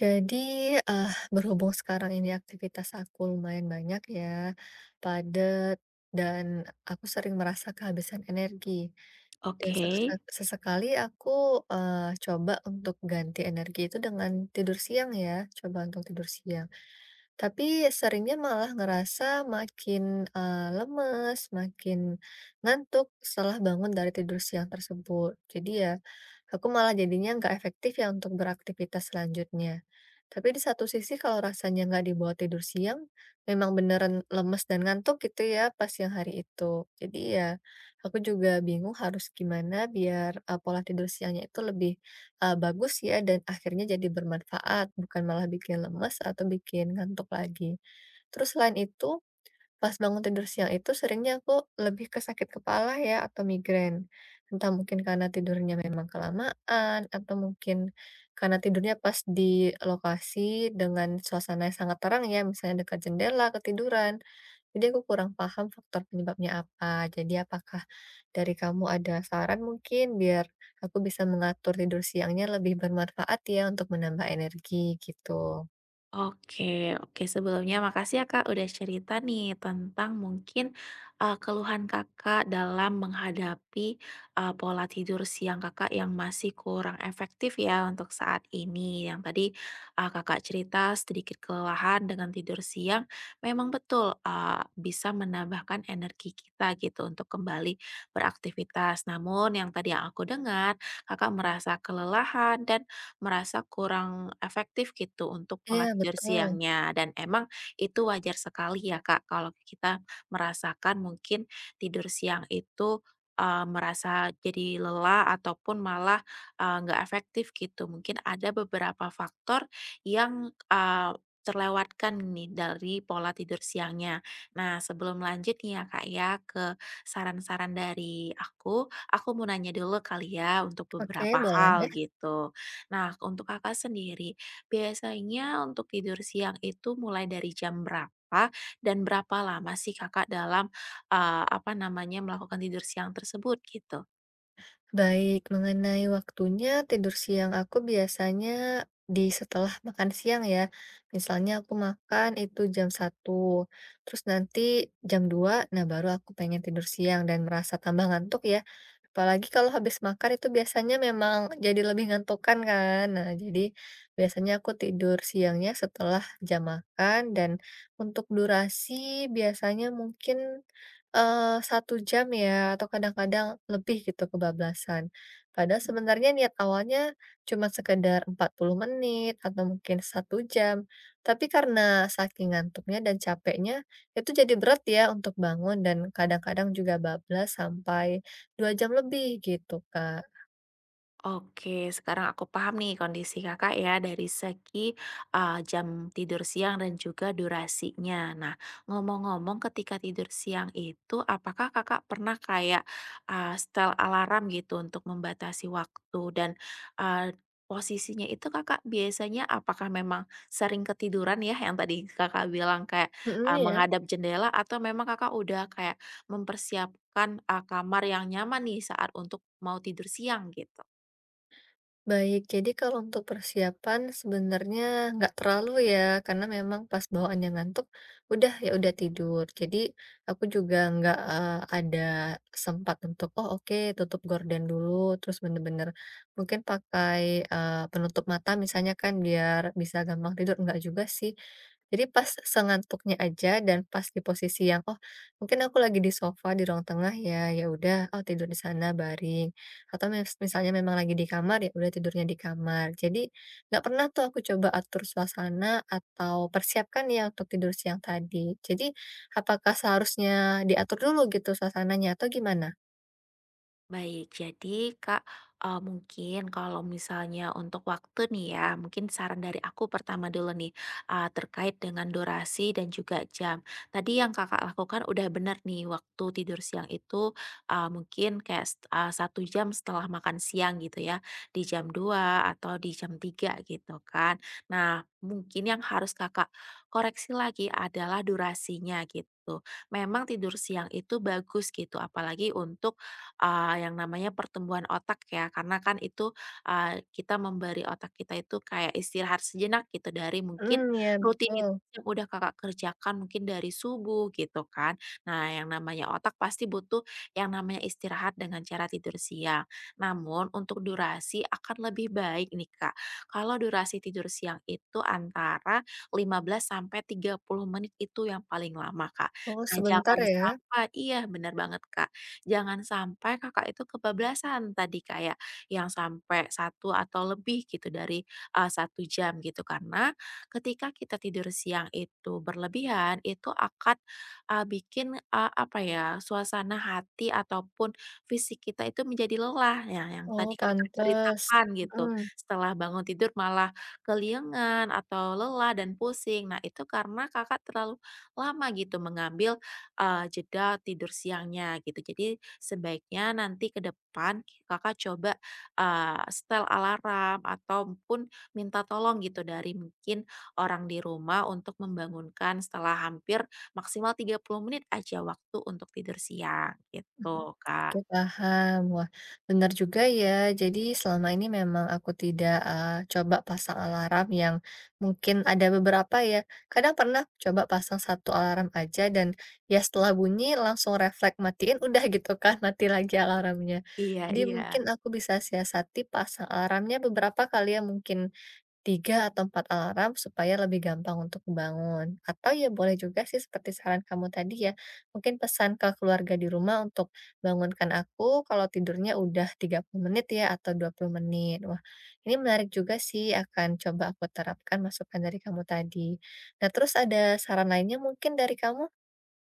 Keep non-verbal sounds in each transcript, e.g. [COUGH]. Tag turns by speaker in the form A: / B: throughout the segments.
A: Jadi, eh, berhubung sekarang ini aktivitas aku lumayan banyak ya, padat, dan aku sering merasa kehabisan energi. Dan
B: Oke.
A: sesekali aku eh, coba untuk ganti energi itu dengan tidur siang ya, coba untuk tidur siang. Tapi seringnya malah ngerasa makin, lemes, makin ngantuk setelah bangun dari tidur siang tersebut. Jadi ya, aku malah jadinya nggak efektif ya untuk beraktivitas selanjutnya. Tapi di satu sisi kalau rasanya nggak dibawa tidur siang, memang beneran lemes dan ngantuk gitu ya pas siang hari itu. Jadi ya, aku juga bingung harus gimana biar, pola tidur siangnya itu lebih bagus ya dan akhirnya jadi bermanfaat, bukan malah bikin lemes atau bikin ngantuk lagi. Terus selain itu, pas bangun tidur siang itu seringnya aku lebih ke sakit kepala ya atau migrain. Entah mungkin karena tidurnya memang kelamaan atau mungkin karena tidurnya pas di lokasi dengan suasana yang sangat terang ya, misalnya dekat jendela, ketiduran. Jadi aku kurang paham faktor penyebabnya apa. Jadi apakah dari kamu ada saran mungkin biar aku bisa mengatur tidur siangnya lebih bermanfaat ya untuk menambah energi gitu?
B: Oke oke. Sebelumnya makasih ya, Kak, udah cerita nih tentang mungkin, keluhan Kakak dalam menghadapi, pola tidur siang Kakak yang masih kurang efektif ya untuk saat ini. Yang tadi, Kakak cerita sedikit kelelahan dengan tidur siang, memang betul, bisa menambahkan energi kita gitu untuk kembali beraktivitas. Namun yang tadi yang aku dengar, Kakak merasa kelelahan dan merasa kurang efektif gitu untuk
A: Iya
B: pola tidur
A: betul.
B: siangnya. Dan emang itu wajar sekali ya Kak, kalau kita merasakan mungkin tidur siang itu merasa jadi lelah ataupun malah nggak efektif gitu. Mungkin ada beberapa faktor yang terlewatkan nih dari pola tidur siangnya. Nah, sebelum lanjut nih ya Kak ya ke saran-saran dari aku mau nanya dulu kali ya untuk
A: Oke
B: beberapa
A: boleh.
B: hal gitu. Nah, untuk Kakak sendiri, biasanya untuk tidur siang itu mulai dari jam berapa? Dan berapa lama sih Kakak dalam, apa namanya, melakukan tidur siang tersebut, gitu?
A: Baik, mengenai waktunya tidur siang aku biasanya di setelah makan siang ya. Misalnya aku makan itu jam 1 terus nanti jam 2 nah baru aku pengen tidur siang dan merasa tambah ngantuk ya. Apalagi kalau habis makan itu biasanya memang jadi lebih ngantukan kan. Nah, jadi biasanya aku tidur siangnya setelah jam makan dan untuk durasi biasanya mungkin 1 jam ya atau kadang-kadang lebih gitu kebablasan. Padahal sebenarnya niat awalnya cuma sekedar 40 menit atau mungkin 1 jam, tapi karena saking ngantuknya dan capeknya, itu jadi berat ya untuk bangun dan kadang-kadang juga bablas sampai 2 jam lebih gitu, Kak.
B: Oke, sekarang aku paham nih kondisi Kakak ya dari segi, jam tidur siang dan juga durasinya. Nah, ngomong-ngomong ketika tidur siang itu apakah Kakak pernah kayak, setel alarm gitu untuk membatasi waktu dan, eee, posisinya itu Kakak biasanya apakah memang sering ketiduran ya yang tadi Kakak bilang kayak,
A: Mhm, ya.
B: menghadap jendela atau memang Kakak udah kayak mempersiapkan, kamar yang nyaman nih saat untuk mau tidur siang gitu?
A: Baik, jadi kalau untuk persiapan sebenarnya nggak terlalu ya, karena memang pas bawaannya ngantuk, udah ya udah tidur. Jadi aku juga nggak ada sempat untuk, oh oke tutup gorden dulu, terus bener-bener mungkin pakai penutup mata misalnya kan biar bisa gampang tidur. Nggak juga sih, jadi pas sengantuknya aja dan pas di posisi yang, "Oh, mungkin aku lagi di sofa di ruang tengah ya, ya udah, oh tidur di sana baring," atau misalnya memang lagi di kamar, ya udah tidurnya di kamar. Jadi nggak pernah tuh aku coba atur suasana atau persiapkan ya untuk tidur siang tadi. Jadi apakah seharusnya diatur dulu gitu suasananya atau gimana?
B: Baik, jadi Kak, mungkin kalau misalnya untuk waktu nih ya, mungkin saran dari aku pertama dulu nih, terkait dengan durasi dan juga jam. Tadi yang Kakak lakukan udah benar nih, waktu tidur siang itu, mungkin kayak set 1 jam setelah makan siang gitu ya, di jam 2 atau di jam 3 gitu kan. Nah, mungkin yang harus Kakak koreksi lagi adalah durasinya gitu. Memang tidur siang itu bagus gitu, apalagi untuk yang namanya pertumbuhan otak ya, karena kan itu, kita memberi otak kita itu kayak istirahat sejenak gitu dari mungkin
A: Hmm, ya
B: rutinitas
A: betul.
B: yang udah Kakak kerjakan mungkin dari subuh gitu kan. Nah, yang namanya otak pasti butuh yang namanya istirahat dengan cara tidur siang. Namun untuk durasi akan lebih baik nih Kak, kalau durasi tidur siang itu antara 15 sampai 30 menit itu yang paling lama Kak.
A: Oh,
B: Nah,
A: sebentar
B: jangan
A: ya?
B: sampai iya benar banget Kak, jangan sampai Kakak itu kebablasan tadi kayak yang sampai satu atau lebih gitu dari, 1 jam gitu. Karena ketika kita tidur siang itu berlebihan, itu akan, bikin, apa ya, suasana hati ataupun fisik kita itu menjadi lelah ya yang
A: Oh,
B: tadi Kakak
A: pantas.
B: ceritakan gitu.
A: Mhm.
B: Setelah bangun tidur malah keliengan atau lelah dan pusing. Nah itu karena Kakak terlalu lama gitu mengambil jeda tidur siangnya gitu. Jadi sebaiknya nanti ke depan Kakak coba, setel alarm ataupun minta tolong gitu dari mungkin orang di rumah untuk membangunkan setelah hampir maksimal 30 menit aja waktu untuk tidur siang
A: Mmm,
B: gitu,
A: oke
B: Kak.
A: paham. Wah, benar juga ya. Jadi selama ini memang aku tidak, coba pasang alarm yang mungkin ada beberapa ya, kadang pernah coba pasang satu alarm aja dan ya setelah bunyi langsung refleks matiin udah gitu kan, [LAUGHS] mati lagi alarmnya.
B: Iya
A: Jadi mungkin
B: iya.
A: aku bisa siasati pasang alarmnya beberapa kali ya mungkin, 3 atau 4 alarm supaya lebih gampang untuk bangun. Atau ya boleh juga sih seperti saran kamu tadi ya, mungkin pesan ke keluarga di rumah untuk bangunkan aku kalau tidurnya udah 30 menit ya atau 20 menit. Wah, ini menarik juga sih akan coba aku terapkan masukan dari kamu tadi. Nah, terus ada saran lainnya mungkin dari kamu?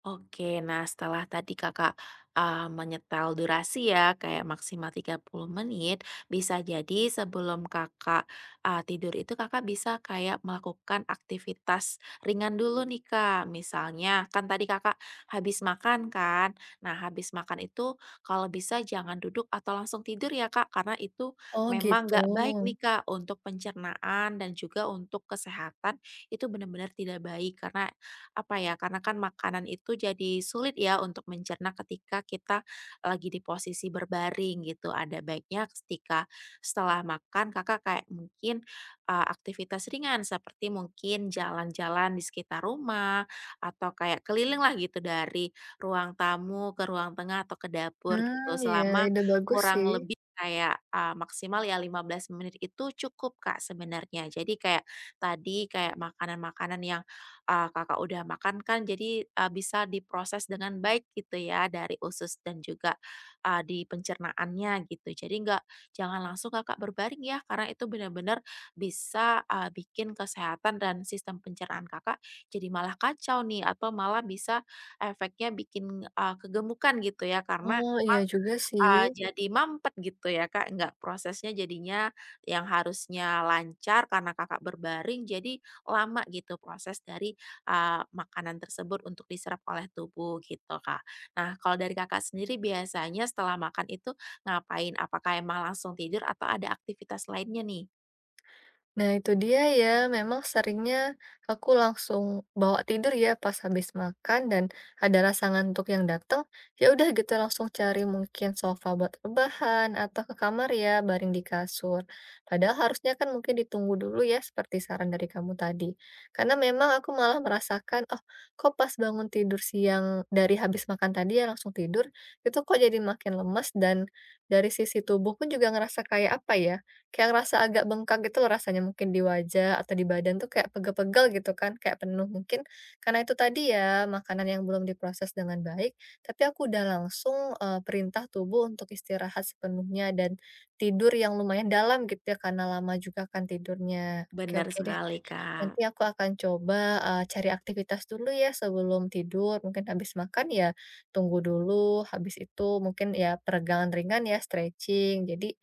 B: Oke, nah setelah tadi Kakak, menyetel durasi ya, kayak maksimal 30 menit, bisa jadi sebelum Kakak, tidur itu Kakak bisa kayak melakukan aktivitas ringan dulu nih Kak. Misalnya, kan tadi Kakak habis makan kan? Nah, habis makan itu kalau bisa jangan duduk atau langsung tidur ya Kak, karena itu
A: Oh,
B: memang
A: gitu.
B: nggak baik nih Kak untuk pencernaan dan juga untuk kesehatan, itu benar-benar tidak baik karena apa ya, karena kan makanan itu jadi sulit ya untuk mencerna ketika kita lagi di posisi berbaring gitu. Ada baiknya ketika setelah makan Kakak kayak mungkin, aktivitas ringan seperti mungkin jalan-jalan di sekitar rumah atau kayak keliling lah gitu dari ruang tamu ke ruang tengah atau ke dapur gitu
A: Hmm, ya
B: selama
A: ide bagus
B: kurang
A: sih.
B: lebih kayak, maksimal ya 15 menit itu cukup Kak sebenarnya. Jadi kayak tadi, kayak makanan-makanan yang Kakak udah makan kan jadi, bisa diproses dengan baik gitu ya dari usus dan juga, di pencernaannya gitu. Jadi nggak jangan langsung Kakak berbaring ya karena itu benar-benar bisa, bikin kesehatan dan sistem pencernaan Kakak jadi malah kacau nih atau malah bisa efeknya bikin, kegemukan gitu ya karena
A: Oh, iya juga sih.
B: Jadi mampet gitu ya, Kak, nggak prosesnya jadinya yang harusnya lancar karena Kakak berbaring jadi lama gitu proses dari, makanan tersebut untuk diserap oleh tubuh gitu, Kak. Nah, kalau dari Kakak sendiri biasanya setelah makan itu ngapain? Apakah emang langsung tidur atau ada aktivitas lainnya nih?
A: Nah, itu dia ya, memang seringnya aku langsung bawa tidur ya pas habis makan dan ada rasa ngantuk yang datang, ya udah gitu langsung cari mungkin sofa buat rebahan atau ke kamar ya baring di kasur. Padahal harusnya kan mungkin ditunggu dulu ya seperti saran dari kamu tadi. Karena memang aku malah merasakan, oh kok pas bangun tidur siang dari habis makan tadi ya langsung tidur, itu kok jadi makin lemas dan dari sisi tubuh pun juga ngerasa kayak apa ya, kayak ngerasa agak bengkak gitu loh rasanya mungkin di wajah atau di badan tuh kayak pegel-pegel gitu kan, kayak penuh. Mungkin karena itu tadi ya, makanan yang belum diproses dengan baik, tapi aku udah langsung, perintah tubuh untuk istirahat sepenuhnya dan tidur yang lumayan dalam gitu ya, karena lama juga kan tidurnya. Oke
B: Bener
A: oke deh.
B: sekali,
A: Nanti
B: Kak.
A: aku akan coba, cari aktivitas dulu ya sebelum tidur, mungkin habis makan ya tunggu dulu, habis itu mungkin ya peregangan ringan ya, stretching. Jadi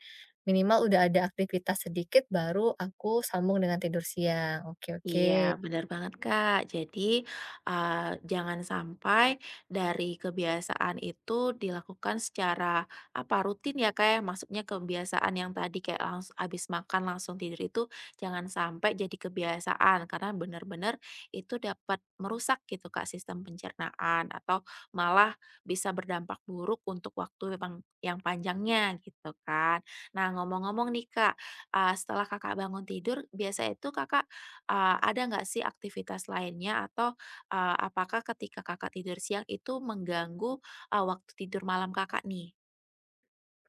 A: minimal udah ada aktivitas sedikit baru aku sambung dengan tidur siang. Oke oke.
B: Iya, benar banget, Kak. Jadi, jangan sampai dari kebiasaan itu dilakukan secara, apa, rutin ya, Kak, ya. Maksudnya kebiasaan yang tadi kayak langsung habis makan langsung tidur itu jangan sampai jadi kebiasaan, karena benar-benar itu dapat merusak gitu, Kak, sistem pencernaan atau malah bisa berdampak buruk untuk waktu yang panjangnya gitu kan. Nah, ngomong-ngomong nih, Kak, setelah Kakak bangun tidur biasa itu Kakak ada nggak sih aktivitas lainnya atau, apakah ketika Kakak tidur siang itu mengganggu, waktu tidur malam Kakak nih?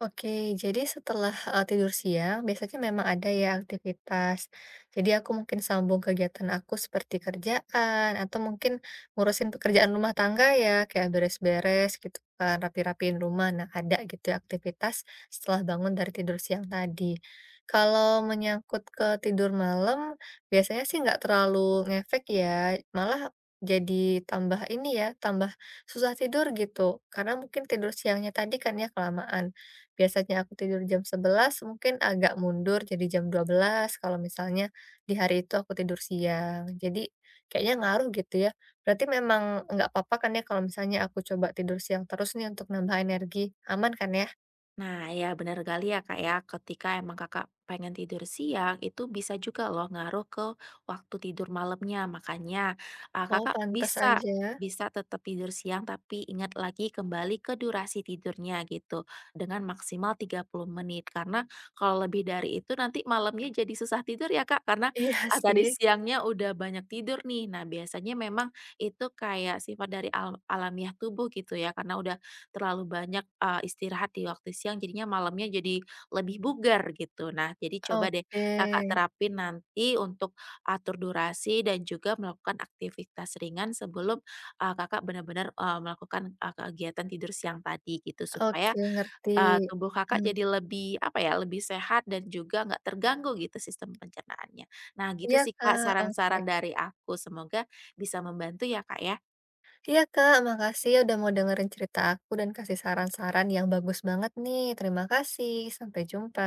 A: Oke, jadi setelah, tidur siang biasanya memang ada ya aktivitas. Jadi aku mungkin sambung kegiatan aku seperti kerjaan atau mungkin ngurusin pekerjaan rumah tangga ya, kayak beres-beres gitu kan, rapi-rapiin rumah. Nah, ada gitu ya aktivitas setelah bangun dari tidur siang tadi. Kalau menyangkut ke tidur malam, biasanya sih nggak terlalu ngefek ya, malah jadi tambah ini ya, tambah susah tidur gitu, karena mungkin tidur siangnya tadi kan ya kelamaan. Biasanya aku tidur jam 11 mungkin agak mundur jadi jam 12 kalau misalnya di hari itu aku tidur siang. Jadi kayaknya ngaruh gitu ya. Berarti memang nggak apa-apa kan ya kalau misalnya aku coba tidur siang terus nih untuk nambah energi, aman kan ya?
B: Nah, ya benar kali ya Kak ya, ketika emang Kakak pengen tidur siang, itu bisa juga loh ngaruh ke waktu tidur malamnya. Makanya,
A: Oh,
B: Kakak
A: pantas
B: bisa
A: aja.
B: bisa tetap tidur siang, tapi ingat lagi kembali ke durasi tidurnya gitu, dengan maksimal 30 menit. Karena kalau lebih dari itu nanti malamnya jadi susah tidur ya Kak, karena,
A: Iya
B: tadi
A: sih.
B: siangnya udah banyak tidur nih. Nah, biasanya memang itu kayak sifat dari alamiah tubuh gitu ya, karena udah terlalu banyak, istirahat di waktu siang jadinya malamnya jadi lebih bugar gitu. Nah, jadi coba deh
A: Oke.
B: Kakak terapin nanti untuk atur durasi dan juga melakukan aktivitas ringan sebelum, Kakak benar-benar, melakukan, kegiatan tidur siang tadi gitu supaya,
A: Oke ngerti.
B: tubuh Kakak
A: Mmm,
B: jadi lebih apa ya, lebih sehat dan juga nggak terganggu gitu sistem pencernaannya. Nah gitu
A: iya
B: sih Kak
A: Kak, oke.
B: saran-saran dari aku semoga bisa membantu ya Kak ya.
A: Iya Kak, makasih ya udah mau dengerin cerita aku dan kasih saran-saran yang bagus banget nih. Terima kasih, sampai jumpa.